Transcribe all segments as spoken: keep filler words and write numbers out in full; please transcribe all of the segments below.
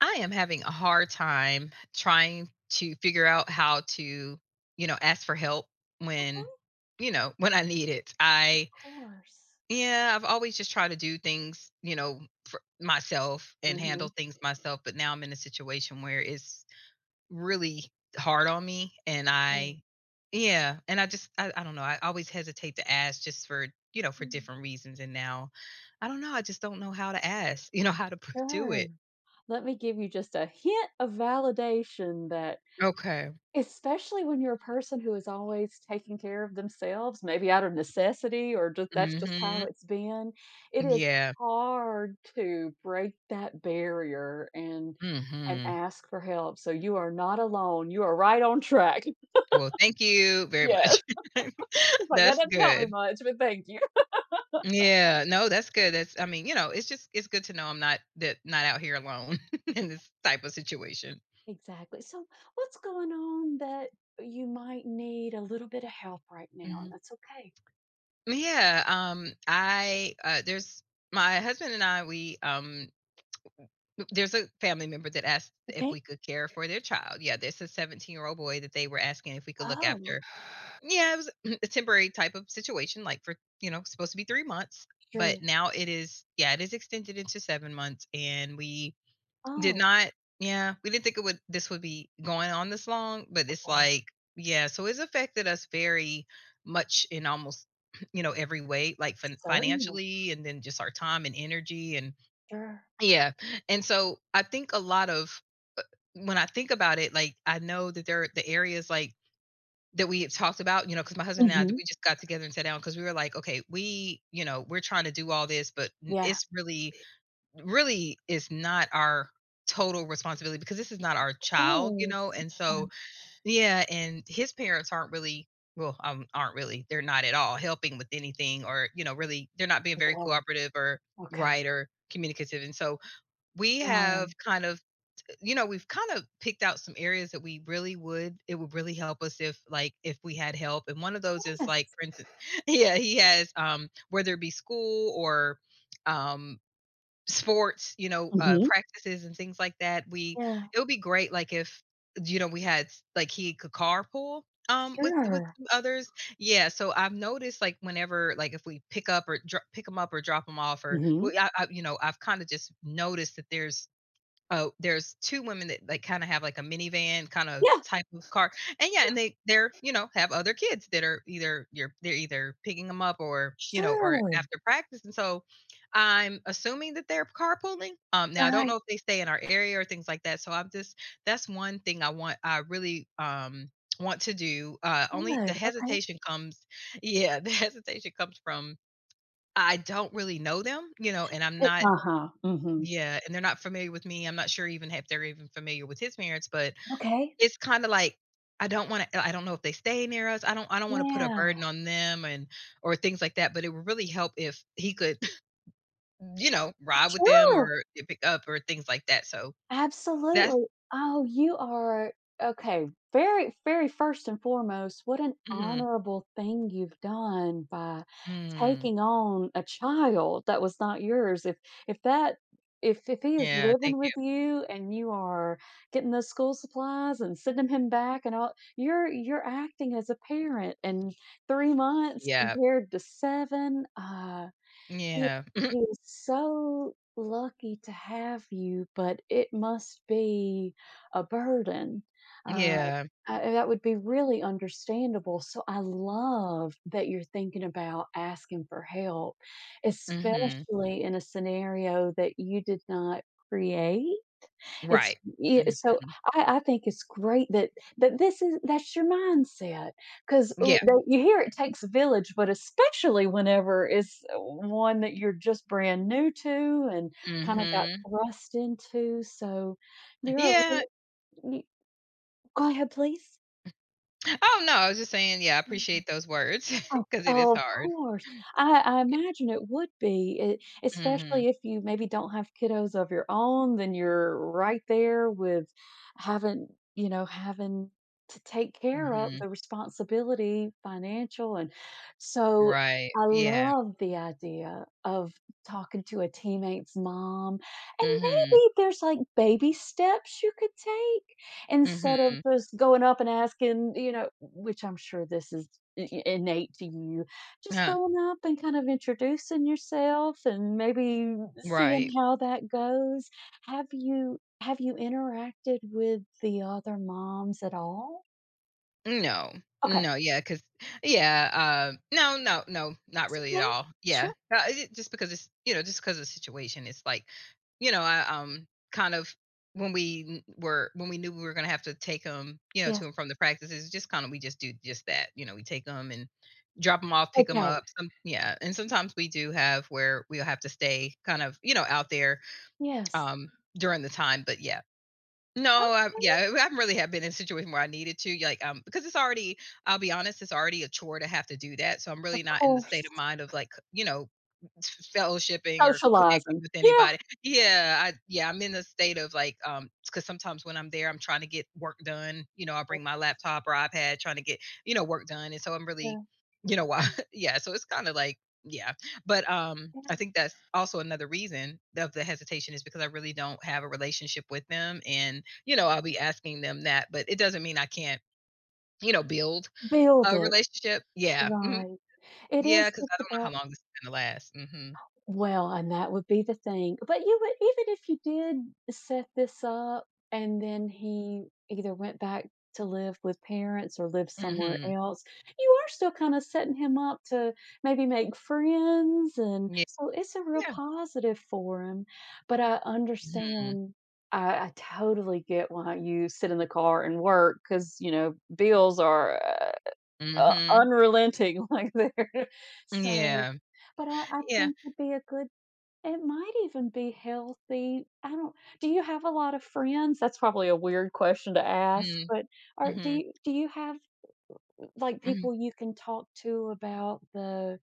I am having a hard time trying to figure out how to, you know, ask for help when, Okay, you know, when I need it. of I, course. yeah, I've always just tried to do things, you know, for myself and handle Mhm, things myself. But now I'm in a situation where it's really hard on me. And mm. I, yeah, and I just, I, I don't know. I always hesitate to ask just for, you know, for Mm, different reasons. And now I don't know. I just don't know how to ask, you know, how to p- do sure. it. Let me give you just a hint of validation that Okay. especially when you're a person who is always taking care of themselves, maybe out of necessity or just that's just how Hmm. it's been, it is Yeah. hard to break that barrier and and Mhm. ask for help, so you are not alone, you are right on track. Well, thank you very Yes, much. it's like, "That That's doesn't help me good. much, but thank you." Yeah. No, that's good. That's I mean, you know, it's just it's good to know I'm not that not out here alone in this type of situation. Exactly. So, what's going on that you might need a little bit of help right now? And Mhm. that's okay. Yeah, um, I uh, there's my husband and I, we um there's a family member that asked if Okay. we could care for their child. Yeah, there's a seventeen-year-old boy that they were asking if we could look after. Oh, Yeah, it was a temporary type of situation, like for you know, supposed to be three months, but sure. now it is. Yeah, it is extended into seven months, and we did Oh, not. Yeah, we didn't think it would. This would be going on this long, but it's okay. like, yeah. So it's affected us very much in almost, you know, every way, like fin- Certainly. financially, and then just our time and energy, and Sure. yeah. And so I think a lot of when I think about it, like I know that there are the areas like that we have talked about, you know, because my husband and I, Mm-hmm. we just got together and sat down because we were like, "Okay, we, you know, we're trying to do all this, but n Yeah. it's really really is not our total responsibility because this is not our Of child," you course. know, and Yeah. so yeah, and his parents aren't really well, um, aren't really, they're not at all helping with anything or, you know, really they're not being very Okay. cooperative or Okay. right, or communicative, and so we have Wow. kind of you know, we've kind of picked out some areas that we really would it would really help us if like if we had help. And one of those is like Yes. for instance, yeah, he has um whether it be school or um sports, you know, uh Mm-hmm. practices and things like that. We Yeah. it would be great like if you know we had like he could carpool um with with Sure. others. Yeah, so I've noticed like whenever like if we pick up or dro- pick them up or drop them off or Mm-hmm. well, I, I you know, I've kind of just noticed that there's Oh, there's two women that, like, kinda have, like, a minivan kinda Yeah, type of car and, yeah, yeah. and they they're, you know, have other kids that are either you're they're either picking them up or, you know, or Sure. after practice, and so, I'm assuming that they're carpooling, um, now I don't Right. know if they stay in our area or things like that, so I'm just that's one thing I want I really, um, want to do, uh, only the Good. Okay. hesitation comes yeah, the hesitation comes from I don't really know them, you know, and I'm Uh not huh. Mm-hmm. yeah, and they're not familiar with me. I'm not sure even if they're even familiar with his parents, but Okay. it's kinda like, I don't wanna I don't know if they stay near us. I don't I don't wanna put a Yeah. burden on them and or things like that, but it would really help if he could, you know, ride with them Sure. or pick up or things like that. So that's Absolutely. Oh, you are okay. Very, very first and foremost, what an Mhm. honorable thing you've done by Mm. taking on a child that was not yours. If if that if if he is Yeah, living thank with you. you and you are getting those school supplies and sending him back and all, you're you're acting as a parent. And three months Yeah. compared to seven. Uh he Yeah. he is so lucky to have you, but it must be a burden. Uh, Yeah. I that would be really understandable, so I love that you're thinking about asking for help, Mhm. especially in a scenario that you did not create. It's Right. yeah, Mhm. so I I think it's great that that this is that's your mindset because Yeah. you hear it takes a village, but especially whenever it's uh, one that you're just brand new to and kinda got Mhm. thrust into, so you're a Yeah. really y go ahead, please. Oh, no, I was just saying, yeah, I appreciate those words Oh, because it is oh, of hard. course. I I imagine it would be, e Mhm, especially if you maybe don't have kiddos of your own, then you're right there with having you know, having to take care of mhm, the responsibility, financial, and so right, I yeah, love the idea of talking to a teammate's mom, and mhm, maybe there's, like, baby steps you could take instead of mhm, just going up and asking, you know, which I'm sure this is I- I- innate to you, just huh, going up and kind of introducing yourself and maybe seeing right, how that goes. Have you have you interacted with the other moms at all? no, Okay. no, Yeah. Cause. Yeah, um, no, no, no, not really at Okay. all, yeah, Sure. uh, it just because it's you know, just 'cause of the situation, it's like, you know, I, um, kind of when we n were when we knew we were gonna have to take them you know, Yes. to and from the practices, just kinda we just do just that, you know, we take them and drop them off, pick them Okay. up, some yeah, and sometimes we do have where we'll have to stay kind of, you know, out there Yes. Um, during the time, but yeah. No, I Okay. yeah, I really have been in a situation where I needed to, like, um, because it's already I'll be honest, it's already a chore to have to do that, so I'm really Of not in the course. state of mind of, like, you know, fellowshipping or connecting Socializing. with Yeah. anybody. Yeah, I yeah, I'm in a state of like um, because sometimes when I'm there, I'm trying to get work done. You know, I bring my laptop or iPad trying to get, you know, work done. And so I'm really, Yeah, you know, why yeah, so it's kind of like yeah. But um I yeah. think that's also another reason of the hesitation is because I really don't have a relationship with them and you know, I'll be asking them that, but it doesn't mean I can't, you know, build Build a it. relationship. Yeah. Mhm. Right. It Yeah, is cuz just I don't about know how long this is going to last. Mhm. Well, and that would be the thing. But you would even if you did set this up and then he either went back to live with parents or live somewhere Mhm. else, you are still kind of setting him up to maybe make friends and Yeah. so it's a real Yeah. positive for him. But I Mhm. understand I, I totally get why you sit in the car and work because you know bills are uh, uh, Mhm. unrelenting like there. So, Yeah. but I, I Yeah. think would be a good it might even be healthy. I don't do you have a lot of friends? That's probably a weird question to ask, Mm. but are do Mhm. you do you have, like, Mhm. people you can talk to about the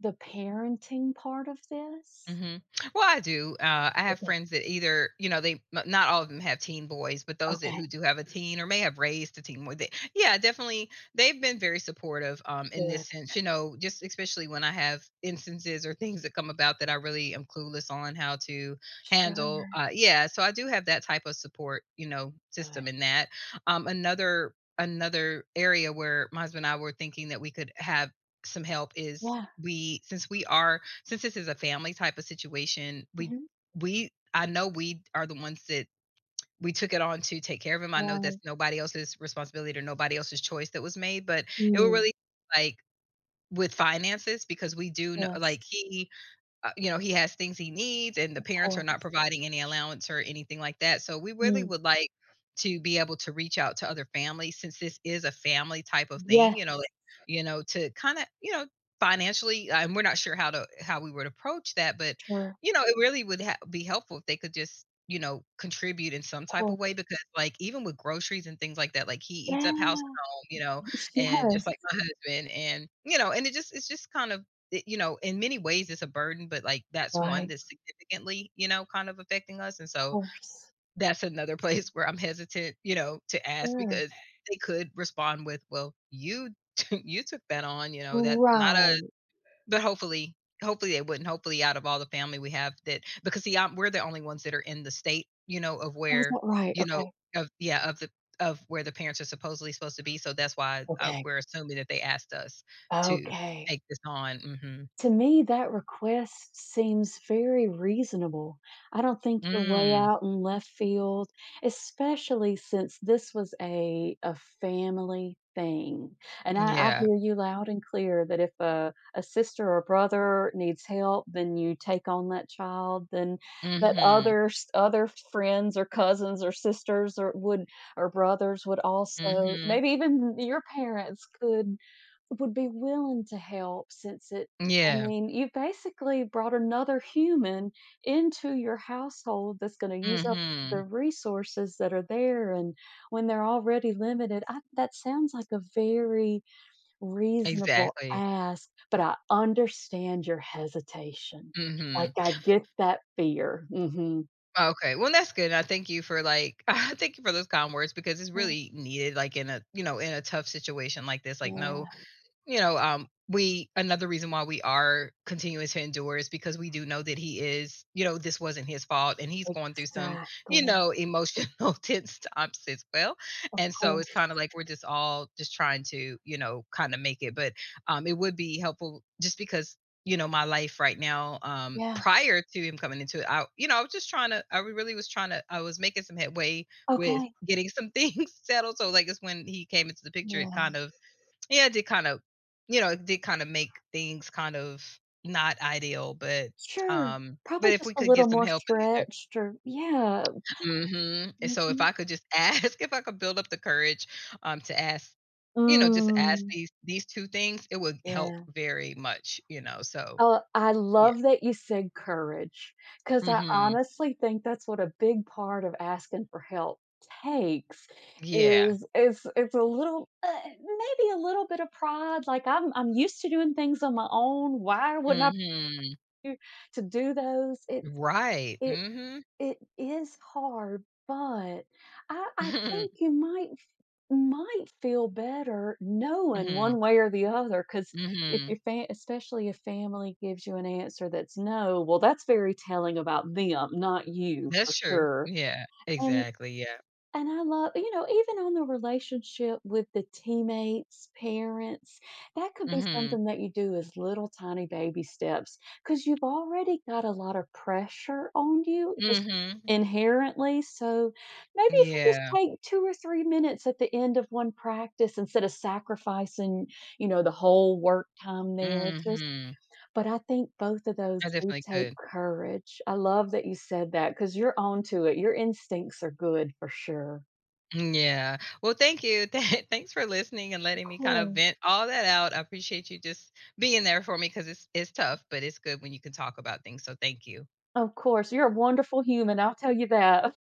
the parenting part of this? Hmm. Well, I do. Uh, I have Okay, friends that either, you know, they m- not all of them have teen boys, but those that okay, who do have a teen or may have raised a teen boy, they, yeah, definitely, they've been very supportive um, in this good. sense. You know, just especially when I have instances or things that come about that I really am clueless on how to Sure. handle. Uh, yeah, so I do have that type of support, you know, Good. system in that. Um, another another area where my husband and I were thinking that we could have some help is Yeah. we since we are since this is a family type of situation, we Mhm. we I know we are the ones that we took it on to take care of him. I know that's Right. nobody else's responsibility or nobody else's choice that was made, but it will Mm. really like with finances because we do know Yes, like he uh, you know, he has things he needs and the of parents are not course. providing any allowance or anything like that. So we really Mm. would like to be able to reach out to other families since this is a family type of thing, you know, Yes. like, you know, to kind of, you know, financially, uh, and we're not sure how to how we would approach that, but Sure. you know, it really would ha- be helpful if they could just, you know, contribute in Of some type of course. way because like even with groceries and things like that, like he eats up house Yeah. and home, you know, and Yes. just like my husband and you know, and it just it's just kind of it- you know, in many ways it's a burden, but like that's one Right. that's significantly, you know, kind of affecting us. And Of so course. that's another place where I'm hesitant, you know, to ask Sure. because they could respond with, well, you you took that on, you know, that not a Right. but hopefully hopefully they wouldn't. Hopefully out of all the family we have that because see I'm, we're the only ones that are in the state, you know, of Oh, is where, that right? you know, Okay. of yeah, of the of where the parents are supposedly supposed to be. So that's why uh Okay. we're assuming that they asked us to Okay. take this on. Hmm. To me, that request seems very reasonable. I don't think you're way Mm, out in left field, especially since this was a a family thing, and I I yeah. hear you loud and clear that if a a sister or brother needs help, then you take on that child, then that Mhm, other s other friends or cousins or sisters or would or brothers would also mhm. maybe even your parents could would be willing to help since it I Yeah, mean, you basically brought another human into your household that's gonna use up the mhm. resources that are there, and when they're already limited, I that sounds like a very reasonable Exactly. ask, but I understand your hesitation. Like, Mhm. I get that fear. Mhm. Okay, well, that's good, and I thank you for, like I thank you for those kind words because it's Mm. really needed, like, in a you know, in a tough situation like this, like, Yeah, no you know, um, we another reason why we are continuing to endure is because we do know that he is, you know, this wasn't his fault and he's going through some, you exactly. know, emotional tense times as well. Of And so it's course. kind of like we're just all just trying to, you know, kind of make it. But um it would be helpful just because you know my life right now um Yeah. prior to him coming into it I you know i was just trying to i really was trying to i was making some headway with Okay. getting some things settled so like it's when he came into the picture Yeah. it kind of yeah, it did kind of you know, it did kind of make things kind of not ideal, but, Sure. um but Probably if just we a could little get some more help in these stretched or yeah. Mhm, and so if Mhm. I could just ask if I could build up the courage, um, to ask, you know, just ask Mm. these these two things, it would help Yeah. very much, you know, so Uh, I yeah. love that you said courage because I Mhm. honestly think that's what a big part of asking for help takes Yeah. is is it's a little, uh, maybe a little bit of pride, like, I'm I'm used to doing things on my own, why wouldn't I Mhm. be to do those? It's Right. it Mhm. it is hard, but I I Mhm. think you might might feel better knowing Mhm. one way or the other because if Mhm. your fa- especially if family gives you an answer that's no, well that's very telling about them not you for That's true. sure Yeah, and exactly, yeah. and I love you know, even on the relationship with the teammates, parents, that could be Mhm. something that you do as little tiny baby steps, because 'cause you've already got a lot of pressure on you just Mhm. inherently. So, maybe if you just Yeah. take two or three minutes at the end of one practice instead of sacrificing, you know, the whole work time there, just Mhm. but I think both of those I do definitely take could. courage. I love that you said that because 'cause you're on to it. Your instincts are good for sure. Mm, yeah. Well, thank you. Th thanks for listening and letting me kind of Cool. vent all that out. I appreciate you just being there for me because it's it's tough, but it's good when you can talk about things, so thank you. Of course, you're a wonderful human, I'll tell you that.